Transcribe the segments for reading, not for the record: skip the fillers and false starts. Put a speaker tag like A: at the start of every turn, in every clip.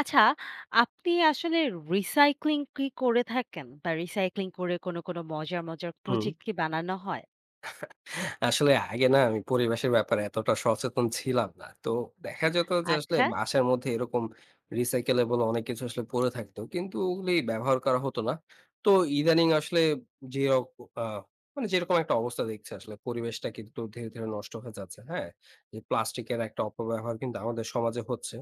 A: আচ্ছা, আপনি আসলে রিসাইক্লিং কি করে থাকেন? বা রিসাইক্লিং করে কোনো মজার
B: হুম।
A: প্রজেক্ট কি বানানো হয়?
B: আসলে আগে না আমি পরিবেশের ব্যাপারে এতটা সচেতন ছিলাম না। তো দেখা যেত যে আসলে
A: আচ্ছা।
B: বাসার মধ্যে এরকম recyclable অনেক কিছু আসলে পড়ে থাকতো। কিন্তু ওগুলি ব্যবহার করা হতো না। তো ইদানিং আসলে যেরক আ মানে যেরকম একটা অবস্থা দেখছি আসলে পরিবেশটা কিন্তু ধীরে, ধীরে নষ্ট হয়ে যাচ্ছে। হ্যাঁ? এই প্লাস্টিকের একটা অপব্যবহার কিন্তু আমাদের সমাজে হচ্ছে।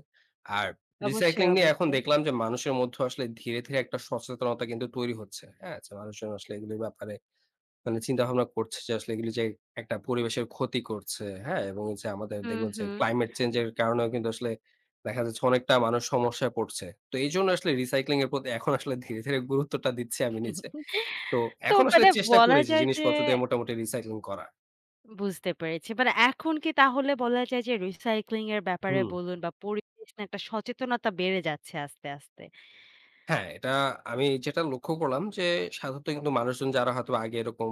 B: আর রিসাইক্লিং
A: অবশ্যই,
B: নিয়ে এখন
A: অবশ্যই।
B: দেখলাম যে মানুষের মধ্যে আসলে ধীরে, ধীরে একটা সচেতনতা কিন্তু তৈরি হচ্ছে। হ্যাঁ? যে মানুষজন আসলে এগুলির ব্যাপারে মানে চিন্তাভাবনা করছে যে আসলে এগুলি যে একটা পরিবেশের ক্ষতি করছে, হ্যাঁ? এবং যে আমাদের
A: হুম,
B: দেখবেন যে
A: হুম।
B: ক্লাইমেট চেঞ্জ এর কারণেও কিন্তু আসলে দেখা যাচ্ছে অনেকটা মানুষ সমস্যায় পড়ছে। তো এইজন্য আসলে রিসাইক্লিং এর প্রতি এখন আসলে ধীরে, ধীরে গুরুত্বটা দিচ্ছি আমি নিজে। তো
A: তো
B: এখন আসলে
A: মানে
B: চেষ্টা
A: বলা
B: করি যে
A: যায় যে
B: জিনিসপত্র দিয়ে মোটামুটি রিসাইক্লিং করার।
A: বুঝতে পেরেছি। মানে এখন কি তাহলে বলা যায় যে রিসাইক্লিং এর ব্যাপারে
B: হুম।
A: বলুন বা পরিবেশ নিয়ে একটা সচেতনতা বেড়ে যাচ্ছে আস্তে, আস্তে।
B: হ্যাঁ, এটা আমি যেটা লক্ষ্য করলাম যে সাধারণত কিন্তু মানুষজন যারা হয়তো আগে এরকম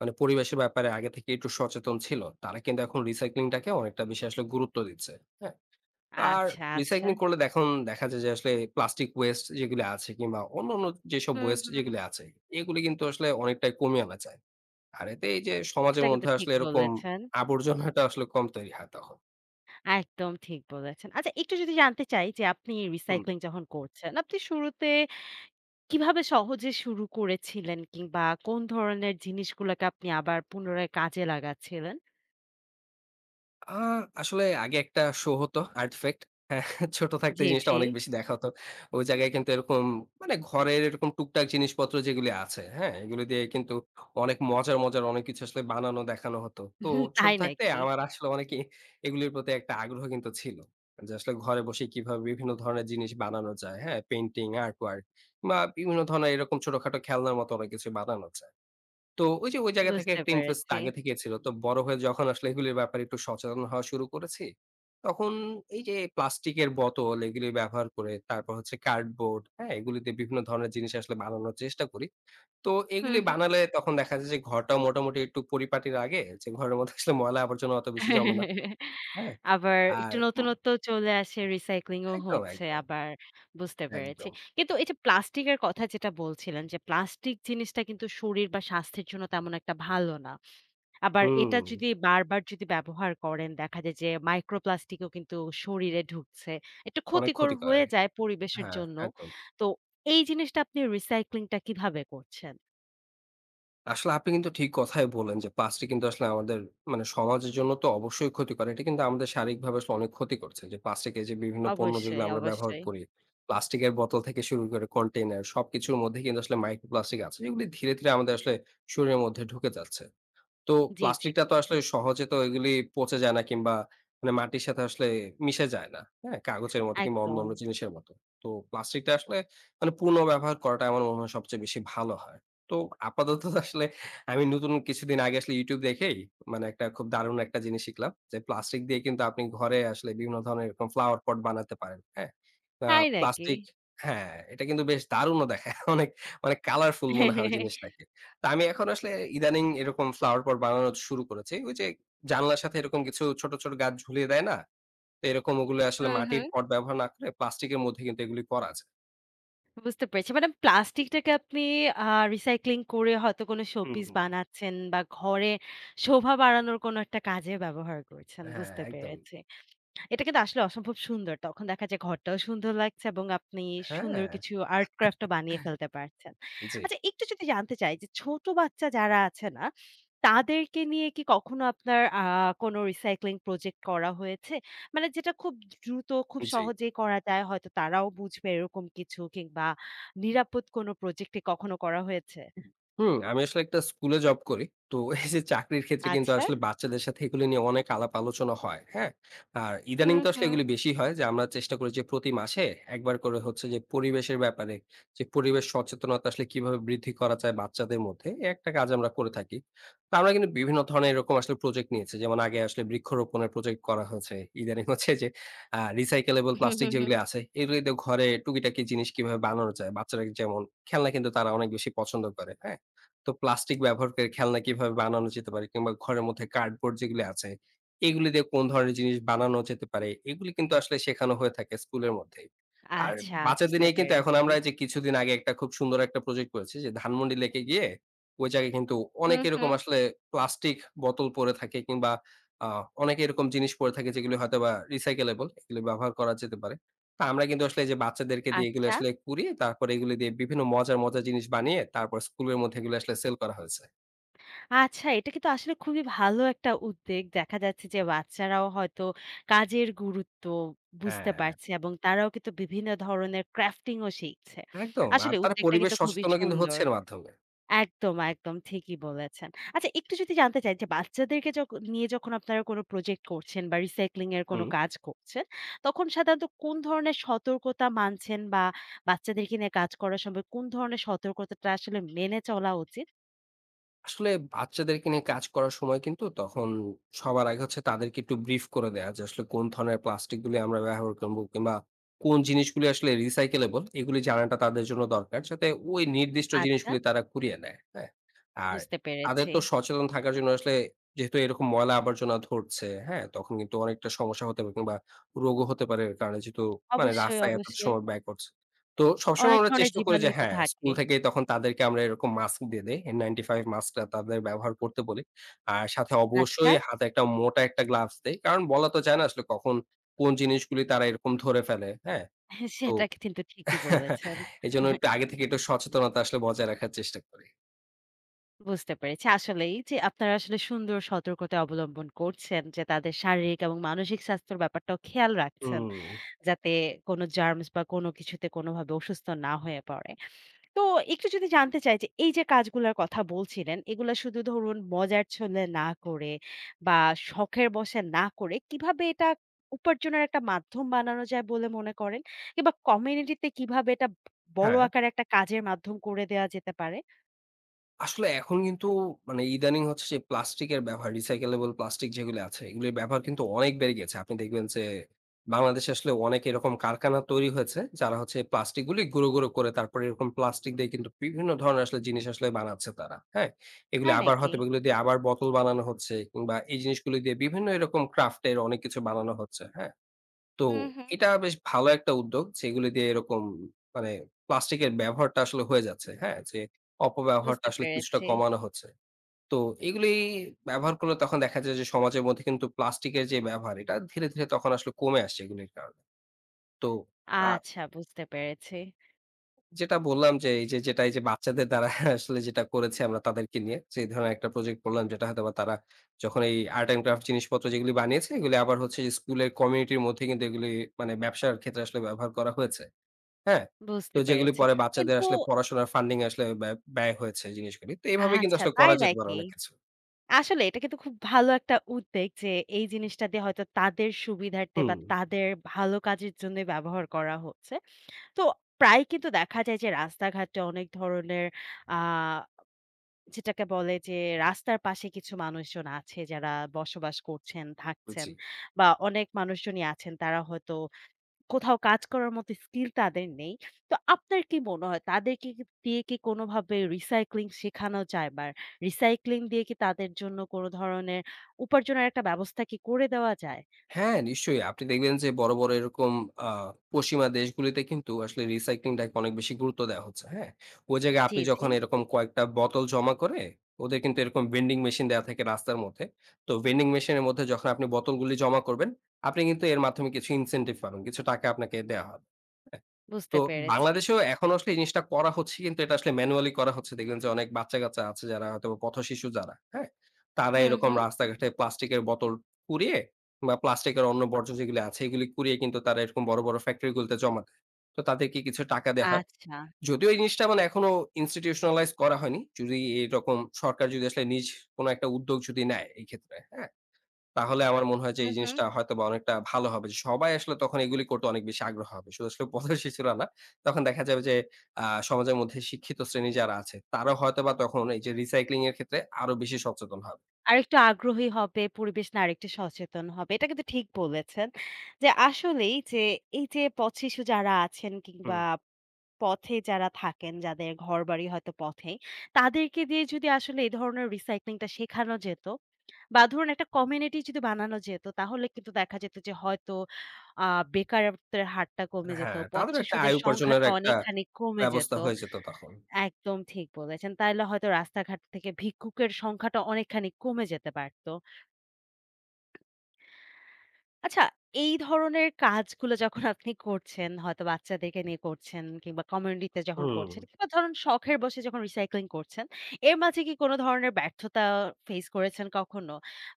B: মানে পরিবেশের ব্যাপারে আগে থেকে একটু সচেতন ছিল, তারা কিন্তু এখন রিসাইক্লিং টাকে অনেকটা বেশি আসলে গুরুত্ব দিচ্ছে। হ্যাঁ? আর
A: আচ্ছা, আচ্ছা।
B: রিসাইক্লিং করলে দেখুন দেখা যায় যে আসলে প্লাস্টিক ওয়েস্ট যেগুলো আছে কিংবা অন্যান্য যেসব
A: হুম,
B: ওয়েস্ট
A: হুম।
B: যেগুলো আছে এগুলি কিন্তু আসলে অনেকটাই কমিয়ে আনা যায়। আর এতে এই যে সমাজের
A: সেটা কিন্তু
B: মধ্যে
A: ঠিক
B: আসলে এরকম
A: বলেছেন।
B: আবর্জনাটা আসলে কম তৈরি হয় তখন।
A: একদম ঠিক বলেছেন। আচ্ছা, একটু যদি জানতে চাই যে আপনি
B: হুম।
A: রিসাইক্লিং যখন করছেন, আপনি শুরুতে কিভাবে সহজে শুরু করেছিলেন কিংবা কোন ধরনের জিনিসগুলোকে আপনি আবার পুনরায় কাজে লাগাচ্ছিলেন?
B: আ আসলে আগে একটা শো হতো আর্টিফ্যাক্ট। হ্যাঁ, ছোট থাকতে এই
A: জি,
B: জিনিসটা
A: জি।
B: অনেক বেশি দেখা হতো। ওই জায়গায় কিন্তু এরকম মানে ঘরের এরকম টুকটাক জিনিসপত্র যেগুলি আছে, হ্যাঁ? এগুলো দিয়ে কিন্তু অনেক মজার, মজার অনেক কিছু আসলে বানানো দেখানো হতো। তো ছোট
A: তাই
B: থাকতে
A: নাকি?
B: আমার আসলে অনেকই এগুলির প্রতি একটা আগ্রহ কিন্তু ছিল। যে আসলে ঘরে বসে কিভাবে বিভিন্ন ধরনের জিনিস বানানো যায়, হ্যাঁ? পেইন্টিং, আর্ট ওয়ার্ক বা বিভিন্ন ধরনের এরকম ছোটখাটো খেলনার মতো অনেক কিছু বানানো যায়। তো ওই যে ওই জায়গা থেকে
A: বুঝতে
B: একটা ইন্টারেস্ট
A: পেরেছি।
B: আগে থেকেই ছিল। তো বড় হয়ে যখন আসলে এগুলির ব্যাপারে একটু সচেতন হওয়া শুরু করেছি, তখন এই যে প্লাস্টিকের বোতল এগুলি ব্যবহার করে, তারপর হচ্ছে কার্ডবোর্ড, হ্যাঁ? এগুলিতে বিভিন্ন ধরনের জিনিস আসলে বানানোর চেষ্টা করি। তো
A: হুম,
B: এগুলি
A: হুম।
B: বানালে তখন দেখা যায় যে ঘরটাও মোটামুটি একটু পরিপাটি লাগে যে ঘরের মধ্যে আসলে ময়লা আবর্জনা অত বেশি জমে না। হ্যাঁ?
A: আবার
B: আর
A: একটু নতুনত্ব চলে আসে, রিসাইক্লিং ও
B: একদম,
A: হচ্ছে
B: একদম,
A: আবার বুঝতে পেরেছি।
B: একদম।
A: কিন্তু এই যে প্লাস্টিকের কথা যেটা বলছিলেন যে প্লাস্টিক জিনিসটা কিন্তু শরীর বা স্বাস্থ্যের জন্য তেমন একটা ভালো না। আবার
B: হুম,
A: এটা যদি বারবার যদি ব্যবহার করেন দেখা যায় যে মাইক্রোপ্লাস্টিকও কিন্তু শরীরে ঢুকছে। এটা
B: অনেক
A: ক্ষতিকর
B: ক্ষতি করে।
A: হয়ে যায় পরিবেশের
B: হ্যাঁ,
A: জন্য।
B: একদম।
A: তো এই জিনিসটা আপনি রিসাইক্লিংটা কিভাবে করছেন?
B: আসলে আপনি কিন্তু ঠিক কথাই বললেন যে প্লাস্টিক কিন্তু আসলে আমাদের মানে সমাজের জন্য তো অবশ্যই ক্ষতিকর। এটা কিন্তু আমাদের শারীরিকভাবে আসলে অনেক ক্ষতি করছে। যে প্লাস্টিকের যে বিভিন্ন পণ্য যেগুলো
A: অবশ্যই,
B: আমরা ব্যবহার
A: অবশ্যই।
B: করি, প্লাস্টিকের বোতল থেকে শুরু করে কন্টেইনার সবকিছুর মধ্যে কিন্তু আসলে মাইক্রোপ্লাস্টিক আছে। যেগুলি ধীরে, ধীরে আমাদের আসলে শরীরের মধ্যে ঢুকে যাচ্ছে। তো
A: জি, জি।
B: প্লাস্টিকটা তো আসলে সহজে তো এগুলি পচে যায় না কিংবা মানে মাটির সাথে আসলে মিশে যায় না। হ্যাঁ? কাগজের মতো কিংবা
A: একদম।
B: অন্যান্য জিনিসের মতো। তো প্লাস্টিকটা আসলে মানে পুনর্ব্যবহার করাটা আমার মনে হয় সবচেয়ে বেশি ভালো হয়। তো আপাতত আসলে আমি নতুন কিছুদিন আগে আসলে YouTube দেখেই মানে একটা খুব দারুণ একটা জিনিস শিখলাম। যে প্লাস্টিক দিয়ে কিন্তু আপনি ঘরে আসলে বিভিন্ন ধরনের এরকম ফ্লাওয়ার পট বানাতে পারেন। হ্যাঁ? আ
A: তাই নাকি?
B: প্লাস্টিক হ্যাঁ, এটা কিন্তু বেশ দারুণও দেখায়। অনেক, অনেক কালারফুল মনে হয় ওই জিনিসটাকে। তা আমি এখন আসলে ইদানিং এরকম ফ্লাওয়ার পট বানানো শুরু করেছি। ওই যে জানলার সাথে এরকম কিছু ছোট, ছোট গাছ ঝুলিয়ে দেয় না? তো এরকম ওগুলো আসলে
A: হুম,
B: মাটির
A: হুম।
B: পট ব্যবহার না করে প্লাস্টিকের মধ্যে কিন্তু এগুলি করা যায়।
A: বুঝতে পেরেছি। মানে প্লাস্টিকটাকে আপনি আ রিসাইক্লিং করে হয়তো কোনো
B: হুম,
A: শোপিস
B: হুম।
A: বানাচ্ছেন বা ঘরে শোভা বাড়ানোর কোনো একটা কাজে ব্যবহার করছেন।
B: হ্যাঁ,
A: বুঝতে
B: একদম।
A: পেরেছি। এটা কিন্তু আসলে অসম্ভব সুন্দর। তখন দেখা যায় ঘরটাও সুন্দর লাগছে এবং আপনি সুন্দর
B: হ্যাঁ।
A: কিছু আর্ট ক্রাফট ও বানিয়ে ফেলতে পারছেন।
B: জি,
A: আচ্ছা, একটু যদি জানতে চাই যে ছোট বাচ্চা যারা আছে না, তাদেরকে নিয়ে কি কখনো আপনার কোনো রিসাইক্লিং প্রজেক্ট করা হয়েছে? মানে যেটা খুব দ্রুত, খুব
B: জি।
A: সহজেই করা যায় হয়তো তারাও বুঝবে এরকম কিছু কিংবা নিরাপদ কোনো প্রজেক্ট কি কখনো করা হয়েছে?
B: হুম, আমি আসলে একটা স্কুলে জব করি। তো এই যে চাকরির ক্ষেত্রে কিন্তু
A: আচ্ছা।
B: আসলে বাচ্চাদের সাথে এগুলো নিয়ে অনেক আলাপ আলোচনা হয়। হ্যাঁ? আর ইদানিং
A: হুম,
B: তো আসলে
A: হুম।
B: এগুলি বেশি হয় যে আমরা চেষ্টা করি যে প্রতি মাসে একবার করে হচ্ছে যে পরিবেশের ব্যাপারে যে পরিবেশ সচেতনতা আসলে কিভাবে বৃদ্ধি করা যায় বাচ্চাদের মধ্যে এই একটা কাজ আমরা করে থাকি। তো আমরা কিন্তু বিভিন্ন ধরনের এরকম আসলে প্রজেক্ট নিয়েছি। যেমন আগে আসলে বৃক্ষরোপণের প্রজেক্ট করা হয়েছে। ইদানিং হচ্ছে যে recyclable প্লাস্টিক যেগুলি আছে, এগুলি দিয়ে ঘরে টুকিটাকি জিনিস কিভাবে বানানো যায়? বাচ্চারা যেমন খেলনা কিন্তু তারা অনেক বেশি পছন্দ করে, হ্যাঁ? তো প্লাস্টিক ব্যবহার করে খেলনা কিভাবে বানানো যেতে পারে? কিংবা ঘরের মধ্যে কার্ডবোর্ড যেগুলি আছে, এগুলি দিয়ে কোন ধরনের জিনিস বানানো যেতে পারে? এগুলি কিন্তু আসলে শেখানো হয়ে থাকে স্কুলের মধ্যেই। আর
A: আচ্ছা,
B: বাচ্চাদের
A: বুঝতে
B: নিয়ে কিন্তু এখন
A: পেরেছি।
B: আমরা এই যে কিছুদিন আগে একটা খুব সুন্দর একটা প্রজেক্ট করেছি যে ধানমন্ডি লেকে গিয়ে ওই জায়গায় কিন্তু অনেক
A: হুম,
B: এরকম
A: হুম।
B: আসলে প্লাস্টিক বোতল পড়ে থাকে কিংবা আ অনেকে এরকম জিনিস পড়ে থাকে যেগুলো হয়তোবা recyclable এগুলো ব্যবহার করা যেতে পারে। তো আমরা কিন্তু আসলে এই যে বাচ্চাদেরকে দিয়ে এগুলো
A: আচ্ছা।
B: আসলে কুড়িয়ে তারপরে এগুলো দিয়ে বিভিন্ন মজার, মজার জিনিস বানিয়ে তারপর স্কুলের মধ্যে এগুলো আসলে সেল করা হয়েছে।
A: আচ্ছা, এটা কিন্তু আসলে খুবই ভালো একটা উদ্বেগ। দেখা যাচ্ছে যে বাচ্চারাও হয়তো কাজের গুরুত্ব বুঝতে
B: হ্যাঁ।
A: পারছে এবং তারাও কিন্তু বিভিন্ন ধরনের ক্রাফটিং ও শিখছে।
B: একদম। আর
A: আসলে
B: তারা
A: উদ্যোগটা
B: পরিবেশ
A: কিন্তু খুবই
B: সচেতনও কিন্তু হচ্ছে
A: সুন্দর।
B: এর মাধ্যমে।
A: একদম, একদম ঠিকই বলেছেন। আচ্ছা, একটু যদি জানতে চাই যে বাচ্চাদেরকে নিয়ে যখন আপনারা কোন প্রজেক্ট করছেন বা রিসাইক্লিং এর কোন
B: হুম।
A: কাজ করছেন, তখন সাধারণত কোন ধরনের সতর্কতা মানছেন বা বাচ্চাদেরকে নিয়ে কাজ করার সময় কোন ধরনের সতর্কতাটা আসলে মেনে চলা উচিত?
B: আসলে বাচ্চাদেরকে নিয়ে কাজ করার সময় কিন্তু তখন সবার আগে হচ্ছে তাদেরকে একটু ব্রিফ করে দেয়া যে আসলে কোন ধরনের প্লাস্টিক গুলি আমরা ব্যবহার করবো কিংবা কোন জিনিসগুলি আসলে রিসাইকেলেবল এগুলি জানাটা তাদের জন্য দরকার যাতে ওই নির্দিষ্ট
A: আচ্ছা,
B: জিনিসগুলি তারা কুড়িয়ে নেয়, হ্যাঁ? আর
A: বুঝতে
B: তাদের
A: পেরেছি।
B: তো সচেতন থাকার জন্য আসলে যেহেতু এরকম ময়লা আবর্জনা ধরছে, হ্যাঁ? তখন কিন্তু অনেকটা সমস্যা হতে পারে কিংবা রোগও হতে পারে এর কারণে যেহেতু মানে
A: অবশ্যই,
B: রাস্তায় এত
A: অবশ্যই।
B: সময় ব্যয় করছে। তো সবসময়
A: অনেক
B: আমরা
A: ধরনের
B: চেষ্টা করি যে
A: জীবাণুই তো
B: হ্যাঁ, স্কুল
A: থাকে।
B: থেকেই তখন তাদেরকে আমরা এরকম মাস্ক দিয়ে দেই। N95 মাস্কটা তাদের ব্যবহার করতে বলি। আর সাথে
A: আচ্ছা।
B: অবশ্যই হাতে একটা মোটা একটা গ্লাভস দেই। কারণ বলা তো যায় না আসলে কখন কোন জিনিসগুলি তারা এরকম ধরে ফেলে, হ্যাঁ? তো
A: সেটা কিন্তু ঠিকই বলেছেন।
B: এজন্য একটু আগে থেকে একটু সচেতনতা আসলে বজায় রাখার চেষ্টা করি।
A: বুঝতে পেরেছি। আসলেই যে আপনারা আসলে সুন্দর সতর্কতা অবলম্বন করছেন যে তাদের শারীরিক এবং মানসিক স্বাস্থ্যের ব্যাপারটাও খেয়াল রাখছেন।
B: হুম,
A: যাতে কোন জার্মস বা কোন কিছুতে কোনভাবে অসুস্থ না হয়ে পড়ে। তো একটু যদি জানতে চাই যে এই যে কাজগুলার কথা বলছিলেন, এগুলা শুধু ধরুন মজার ছলে না করে বা শখের বশে না করে কিভাবে এটা উপার্জনের একটা মাধ্যম বানানো যায় বলে মনে করেন? কিংবা কমিউনিটিতে কিভাবে এটা বড়
B: হ্যাঁ।
A: আকারে একটা কাজের মাধ্যম করে দেয়া যেতে পারে?
B: আসলে এখন কিন্তু মানে ইদানিং হচ্ছে যে প্লাস্টিকের ব্যবহার, রিসাইকেলেবল প্লাস্টিক যেগুলো আছে, এগুলির ব্যবহার কিন্তু অনেক বেড়ে গেছে। আপনি দেখবেন যে বাংলাদেশে আসলে অনেক এরকম কারখানা তৈরি হয়েছে, যারা হচ্ছে প্লাস্টিক গুলি গুঁড়ো, গুঁড়ো করে তারপরে এরকম প্লাস্টিক দিয়ে কিন্তু বিভিন্ন ধরনের আসলে জিনিস আসলে বানাচ্ছে তারা। হ্যাঁ? এগুলি
A: তাই
B: আবার
A: নাকি?
B: হয়তো এগুলো দিয়ে আবার বোতল বানানো হচ্ছে কিংবা এই জিনিসগুলো দিয়ে বিভিন্ন এরকম ক্রাফট এর অনেক কিছু বানানো হচ্ছে। হ্যাঁ? তো
A: হুম, হুম।
B: এটা বেশ ভালো একটা উদ্যোগ যেগুলি দিয়ে এরকম মানে প্লাস্টিকের ব্যবহারটা আসলে হয়ে যাচ্ছে। হ্যাঁ? যে অপব্যবহারটা
A: বুঝতে
B: আসলে কিছুটা
A: পেরেছি।
B: কমানো হচ্ছে। তো এগুলি ব্যবহার করলে তখন দেখা যায় যে সমাজের মধ্যে কিন্তু প্লাস্টিকের যে ব্যবহার এটা ধীরে, ধীরে তখন আসলে কমে আসছে এগুলির কারণে। তো আ
A: আচ্ছা, বুঝতে পেরেছি,
B: যেটা বললাম যে এই যে যেটা এই যে বাচ্চাদের দ্বারা আসলে যেটা করেছি আমরা তাদেরকে নিয়ে যে ধরনের একটা প্রজেক্ট করলাম যেটা হয়তোবা তারা যখন এই আর্ট অ্যান্ড ক্রাফট জিনিসপত্র যেগুলি বানিয়েছে এগুলি আবার হচ্ছে যে স্কুলের কমিউনিটির মধ্যে কিন্তু এগুলি মানে ব্যবসার ক্ষেত্রে আসলে ব্যবহার করা হয়েছে। হ্যাঁ? তো
A: বুঝতে
B: যেগুলি
A: পেরেছি।
B: পরে বাচ্চাদের
A: কিন্তু
B: আসলে পড়াশোনার ফান্ডিং এ আসলে ব্যয় ব্যয় হয়েছে জিনিসগুলি। তো এভাবে কিন্তু
A: আচ্ছা,
B: আসলে
A: তাই
B: করা যেতে পারে
A: নাকি?
B: অনেক কিছু।
A: আসলে এটা কিন্তু খুব ভালো একটা উদ্বেগ যে এই জিনিসটা দিয়ে হয়তো তাদের সুবিধার্থে বা
B: হুম,
A: তাদের ভালো কাজের জন্য ব্যবহার করা হচ্ছে। তো প্রায় কিন্তু দেখা যায় যে রাস্তাঘাটে অনেক ধরনের আ যেটাকে বলে যে রাস্তার পাশে কিছু মানুষজন আছে যারা বসবাস করছেন, থাকছেন
B: জি।
A: বা অনেক মানুষজনই আছেন তারা হয়তো কোথাও কাজ করার মতো স্কিল তাদের নেই। তো আপনার কি মনে হয় তাদেরকে কি দিয়ে কি কোনোভাবে রিসাইক্লিং শেখানো যায় বা রিসাইক্লিং দিয়ে কি তাদের জন্য কোনো ধরনের উপার্জনের একটা ব্যবস্থা কি করে দেওয়া যায়?
B: হ্যাঁ, নিশ্চয়ই। আপনি দেখবেন যে বড়, বড় এরকম আ পশ্চিমা দেশগুলিতে কিন্তু আসলে রিসাইক্লিংটাকে অনেক বেশি গুরুত্ব দেওয়া হচ্ছে। হ্যাঁ? ওই জায়গায়
A: জি,
B: আপনি
A: জি।
B: যখন এরকম কয়েকটা বোতল জমা করে ওদের কিন্তু এরকম ভেন্ডিং মেশিন দেয়া থাকে রাস্তার মধ্যে। তো ভেন্ডিং মেশিনের মধ্যে যখন আপনি বোতলগুলি জমা করবেন, আপনি কিন্তু এর মাধ্যমে কিছু ইনসেনটিভ পাবেন। কিছু টাকা আপনাকে দেয়া হবে। তো
A: বুঝতে পেরেছি।
B: বাংলাদেশেও এখন আসলে এই জিনিসটা করা হচ্ছে কিন্তু এটা আসলে ম্যানুয়ালি করা হচ্ছে। দেখবেন যে অনেক বাচ্চা-কাচ্চা আছে যারা হয়তো পথশিশু যারা, হ্যাঁ? তারা
A: হুম,
B: এরকম
A: হুম।
B: রাস্তাঘাটে প্লাস্টিকের বোতল কুড়িয়ে বা প্লাস্টিকের অন্য বর্জ্য যেগুলো আছে এগুলি কুড়িয়ে কিন্তু তারা এরকম বড়, বড় ফ্যাক্টরি গুলোতে জমা দেয়। তো তাদেরকে কিছু টাকা দেয়া হয়।
A: আচ্ছা।
B: যদিও এই জিনিসটা মানে এখনো institutionalize করা হয়নি। যদি এরকম সরকার যদি আসলে নিজ কোন একটা উদ্যোগ যদি নেয় এই ক্ষেত্রে, হ্যাঁ? তাহলে আমার মনে হয় যে
A: হু,
B: এই
A: হুম।
B: জিনিসটা হয়তোবা অনেকটা ভালো হবে। যে সবাই আসলে তখন এগুলি করতে অনেক বেশি আগ্রহ হবে। শুধু আসলে পথের শিশুরা না। তখন দেখা যাবে যে সমাজের মধ্যে শিক্ষিত শ্রেণী যারা আছে, তারাও হয়তোবা তখন এই যে রিসাইক্লিং এর ক্ষেত্রে আরো বেশি সচেতন হবে।
A: আরেকটু আগ্রহী হবে, পরিবেশ নিয়ে আরেকটু সচেতন হবে। এটা কিন্তু ঠিক বলেছেন। যে আসলেই যে এই যে পথ শিশু যারা আছেন
B: হুম।
A: কিংবা পথে যারা থাকেন, যাদের ঘরবাড়ি হয়তো পথেই, তাদেরকে দিয়ে যদি আসলে এই ধরনের রিসাইক্লিং টা শেখানো যেত বা ধরুন একটা কমিউনিটি যদি বানানো যেত, তাহলে কিন্তু দেখা যেত যে হয়তো আ বেকারত্বের হারটা কমে যেত।
B: হ্যাঁ,
A: পথ
B: তাদেরও একটা আয়
A: শিশুদের
B: উপার্জনের
A: সংখ্যাটা
B: একটা
A: অনেকখানি কমে যেত।
B: ব্যবস্থা হয়ে যেত তখন।
A: একদম ঠিক বলেছেন। তাইলে হয়তো রাস্তাঘাট থেকে ভিক্ষুকের সংখ্যাটা অনেকখানি কমে যেতে পারত। আচ্ছা, এই ধরনের কাজগুলো যখন আপনি করছেন, হয়তো বাচ্চাদেরকে নিয়ে করছেন কিংবা কমিউনিটিতে যখন
B: হুম।
A: করছেন কিংবা ধরুন শখের বশে যখন রিসাইক্লিং করছেন, এর মাঝে কি কোনো ধরনের ব্যর্থতা ফেস করেছেন কখনো?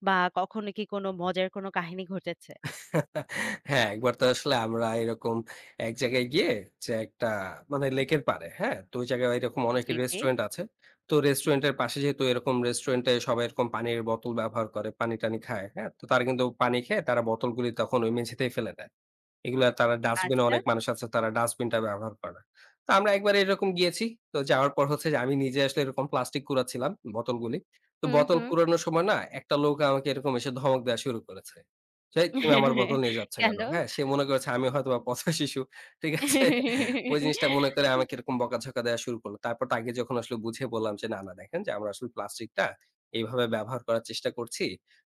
A: বা কখনো কি কোনো মজার কোনো কাহিনী ঘটেছে?
B: হ্যাঁ, একবার তো আসলে আমরা এরকম এক জায়গায় গিয়ে যে একটা মানে লেকের পাড়ে, হ্যাঁ? তো ওই জায়গায় এরকম অনেক
A: জি, জি।
B: রেস্টুরেন্ট আছে। তো রেস্টুরেন্টের পাশে যেহেতু এরকম রেস্টুরেন্টে সবাই এরকম পানির বোতল ব্যবহার করে, পানি-টানি খায়, হ্যাঁ? তো তারা কিন্তু পানি খেয়ে তারা বোতলগুলি তখন ওই মেঝেতেই ফেলে দেয়। এগুলা তারা ডাস্টবিনে
A: আচ্ছা।
B: অনেক মানুষ আছে তারা ডাস্টবিনটা ব্যবহার করে না। তো আমরা একবার এরকম গিয়েছি। তো যাওয়ার পর হচ্ছে যে আমি নিজে আসলে এরকম প্লাস্টিক কুড়াচ্ছিলাম বোতলগুলি। তো
A: হুম,
B: বোতল
A: হুম।
B: কুড়ানোর সময় না একটা লোক আমাকে এরকম এসে ধমক দেয়া শুরু করেছে। যে, "এই তুমি আমার বোতল নিয়ে যাচ্ছ কেন?"
A: কেন?
B: হ্যাঁ? সে মনে করেছে আমি হয়তোবা পথশিশু। ঠিক আছে? ওই জিনিসটা মনে করে আমাকে এরকম বকাঝকা দেয়া শুরু করলো। তারপর তাকে যখন আসলে বুঝিয়ে বললাম যে, "না, না দেখেন যে আমরা আসলে প্লাস্টিকটা এইভাবে ব্যবহার করার চেষ্টা করছি।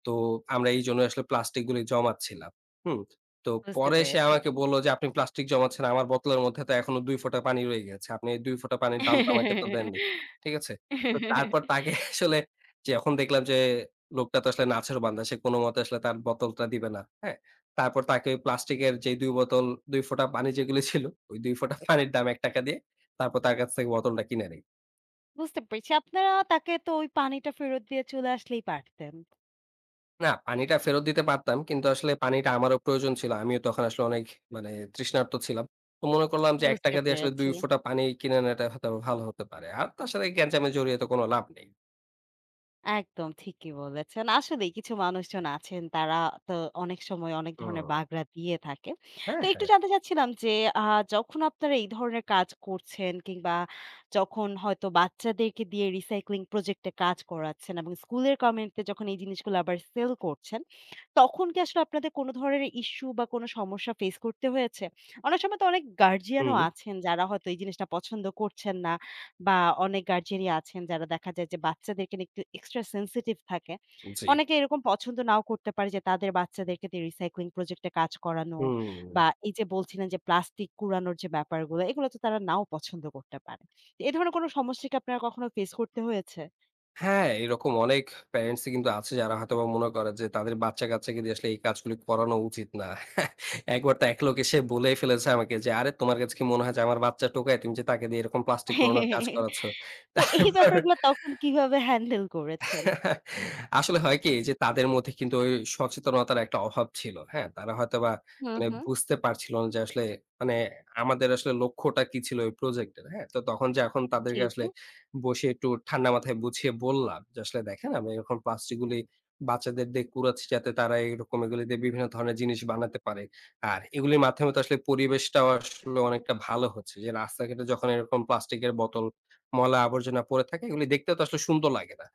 B: তো আমরা এইজন্য আসলে প্লাস্টিক গুলি জমাচ্ছিলাম।" হুম? তো
A: বুঝতে
B: পরে সে
A: পেরেছি।
B: আমাকে বলল যে, "আপনি প্লাস্টিক জমাচ্ছেন। আমার বোতলের মধ্যে তো এখনো ২ ফোঁটা পানি রয়ে গেছে। আপনি এই ২ ফোঁটা পানির দাম তো আমাকে তো দেননি।" ঠিক আছে? তো তারপর তাকে আসলে যখন দেখলাম যে, লোকটা তো আসলে নাছোড় বান্দা। সে কোনমতে আসলে তার বোতলটা দিবে না। হ্যাঁ? তারপর তাকে ওই প্লাস্টিকের যে ২ বোতল ২ ফোঁটা পানি যেগুলো ছিল, ওই ২ ফোঁটা পানির দাম ৳১ দিয়ে তারপর তার কাছ থেকে বোতলটা কিনে নেই।
A: বুঝতে পেরেছি। আপনারা তাকে তো ওই পানিটা ফেরত দিয়ে চলে আসলেই পারতেন।
B: না, পানিটা ফেরত দিতে পারতাম। কিন্তু আসলে পানিটা আমারও প্রয়োজন ছিল। আমিও তখন আসলে অনেক মানে তৃষ্ণার্ত ছিলাম। তো মনে করলাম যে ৳১
A: বুঝতে
B: দিয়ে আসলে ২
A: পেরেছি।
B: ফোঁটা পানি কিনে নেওয়াটা হয়তো ভালো হতে পারে। আর তার সাথে গ্যাঞ্জামে জড়িয়ে তো কোনো লাভ নেই।
A: একদম ঠিকই বলেছেন। আসলেই কিছু মানুষজন আছেন তারা তো অনেক সময় অনেক ধরনের
B: হুম।
A: বাগড়া দিয়ে থাকে।
B: হ্যাঁ,
A: তো
B: হ্যাঁ।
A: একটু জানতে চাচ্ছিলাম যে আ যখন আপনারা এই ধরনের কাজ করছেন কিংবা যখন হয়তো বাচ্চাদেরকে দিয়ে রিসাইক্লিং প্রজেক্ট এ কাজ করাচ্ছেন এবং স্কুলের কমিউনিটিতে যখন এই জিনিসগুলো আবার সেল করছেন, তখন কি আসলে আপনাদের কোন ধরনের ইস্যু বা কোন সমস্যা ফেস করতে হয়েছে? অনেক সময় তো অনেক গার্ডিয়ান ও
B: হুম,
A: আছেন যারা হয়তো এই জিনিসটা পছন্দ করছেন না বা অনেক গার্জিয়ানই আছেন যারা দেখা যায় যে বাচ্চাদেরকে নিয়ে একটু এক্সট্রা সেনসিটিভ থাকে।
B: জি।
A: অনেকে এরকম পছন্দ নাও করতে পারে যে তাদের বাচ্চাদেরকে দিয়ে রিসাইক্লিং প্রজেক্ট এ কাজ করানো
B: হুম।
A: বা এই যে বলছিলেন যে প্লাস্টিক কুড়ানোর যে ব্যাপারগুলো এগুলো তো তারা নাও পছন্দ করতে পারে। তো এ ধরনের কোনো সমস্যা কি আপনারা কখনো ফেস করতে হয়েছে?
B: হ্যাঁ, এরকম অনেক প্যারেন্টসই কিন্তু আছে যারা হয়তোবা মনে করে যে তাদের বাচ্চা-কাচ্চাকে দিয়ে আসলে এই কাজগুলি করানো উচিত না। একবার তো এক লোক এসে বলেই ফেলেছে আমাকে যে, "আরে তোমার কাছে কি মনে হয় যে আমার বাচ্চা টোকাই? তুমি যে তাকে দিয়ে এরকম প্লাস্টিক কুড়ানোর কাজ করাচ্ছ?"
A: তো এই
B: তারপর
A: ব্যাপারগুলো তখন কিভাবে হ্যান্ডেল করেছেন?
B: আসলে হয় কি যে তাদের মধ্যে কিন্তু ওই সচেতনতার একটা অভাব ছিল। হ্যাঁ? তারা হয়তোবা
A: হুম,
B: মানে
A: হুম।
B: বুঝতে পারছিল না যে আসলে মানে আমাদের আসলে লক্ষ্যটা কি ছিল ওই প্রজেক্টের। হ্যাঁ? তো তখন যে এখন
A: জি,
B: তাদেরকে
A: জি।
B: আসলে বসে একটু ঠান্ডা মাথায় বুঝিয়ে বললাম যে, "আসলে দেখেন আমরা এরকম প্লাস্টিক গুলি বাচ্চাদের দিয়ে কুড়াচ্ছি যাতে তারা এরকম এগুলি দিয়ে বিভিন্ন ধরনের জিনিস বানাতে পারে। আর এগুলির মাধ্যমে তো আসলে পরিবেশটাও আসলে অনেকটা ভালো হচ্ছে। যে রাস্তাঘাটে যখন এরকম প্লাস্টিকের বোতল, ময়লা আবর্জনা পড়ে থাকে এগুলি দেখতেও তো আসলে সুন্দর লাগে না।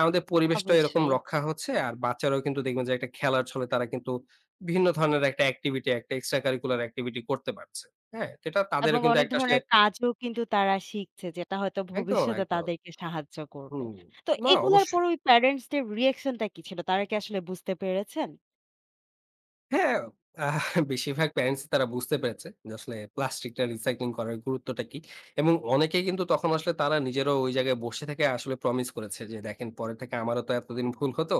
B: আমাদের পরিবেশটা এরকম
A: অবশ্যই।
B: রক্ষা হচ্ছে। আর বাচ্চারাও কিন্তু দেখবেন যে একটা খেলার ছলে তারা কিন্তু বিভিন্ন ধরনের একটা এক্টিভিটি, একটা এক্সট্রা কারিকুলার এক্টিভিটি করতে পারছে। হ্যাঁ? তো এটা
A: এবং
B: তাদেরও কিন্তু
A: অনেক
B: একটা আসলে
A: ধরনের কাজও কিন্তু তারা শিখছে যেটা হয়তো
B: একদম,
A: ভবিষ্যতে
B: একদম।
A: তাদেরকে সাহায্য করবে।
B: হুম।
A: তো
B: না
A: এগুলার
B: অবশ্যই।
A: পরে ওই প্যারেন্টস দের রিঅ্যাকশন টা কি ছিল? তারা কি আসলে বুঝতে পেরেছেন?
B: হ্যাঁ, আহ বেশিরভাগ প্যারেন্টস তারা বুঝতে পেরেছে যে আসলে প্লাস্টিকটা রিসাইক্লিং করার গুরুত্বটা কি। এবং অনেকেই কিন্তু তখন আসলে তারা নিজেরাও ওই জায়গায় বসে থেকে আসলে প্রমিস করেছে যে দেখেন পরে থেকে আমারও তো এতদিন ভুল হতো।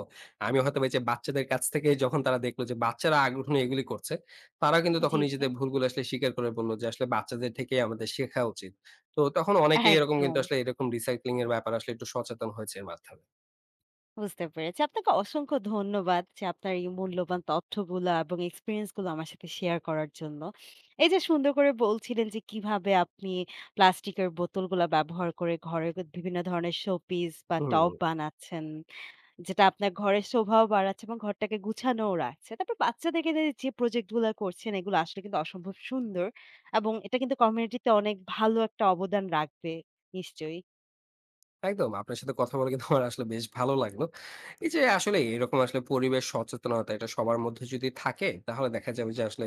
B: আমি হয়তোবা এইযে বাচ্চাদের কাছ থেকে যখন তারা দেখলো যে বাচ্চারা আগ্রহ নিয়ে এগুলি করছে, তারাও কিন্তু তখন
A: জি, জি।
B: নিজেদের ভুলগুলো আসলে স্বীকার করে বলল যে আসলে বাচ্চাদের থেকেই আমাদের শেখা উচিত। তো তখন অনেকেই এরকম কিন্তু
A: একদম
B: আসলে এরকম রিসাইক্লিং এর ব্যাপারে আসলে একটু সচেতন হয়েছে এর মাধ্যমে।
A: বুঝতে পেরেছি। আপনাকে অসংখ্য ধন্যবাদ যে আপনার এই মূল্যবান তথ্যগুলা এবং এক্সপেরিয়েন্স গুলো আমার সাথে শেয়ার করার জন্য। এই যে সুন্দর করে বলছিলেন যে কিভাবে আপনি প্লাস্টিকের বোতলগুলা ব্যবহার করে ঘরে বিভিন্ন ধরনের শোপিস বা টব
B: হুম।
A: বানাচ্ছেন। যেটা আপনার ঘরের শোভাও বাড়াচ্ছে এবং ঘরটাকে গুছানোও রাখছে। তারপর বাচ্চাদেরকে যে প্রজেক্ট গুলা করছেন এগুলো আসলে কিন্তু অসম্ভব সুন্দর এবং এটা কিন্তু কমিউনিটিতে অনেক ভালো একটা অবদান রাখবে নিশ্চয়ই।
B: একদম। আপনার সাথে কথা বলে কিন্তু আমার আসলে বেশ ভালো লাগলো। এই যে আসলে এরকম আসলে পরিবেশ সচেতনতা এটা সবার মধ্যে যদি থাকে, তাহলে দেখা যাবে যে আসলে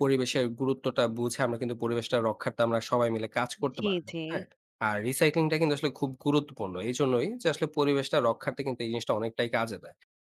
B: পরিবেশের গুরুত্বটা বুঝে আমরা কিন্তু পরিবেশটা রক্ষার্থে আমরা সবাই মিলে কাজ করতে
A: জি,
B: পারবো।
A: জি।
B: হ্যাঁ? আর রিসাইক্লিং টা কিন্তু আসলে খুব গুরুত্বপূর্ণ। এজন্যই যে আসলে পরিবেশটা রক্ষার্থে কিন্তু এই জিনিসটা অনেকটাই কাজে দেয়।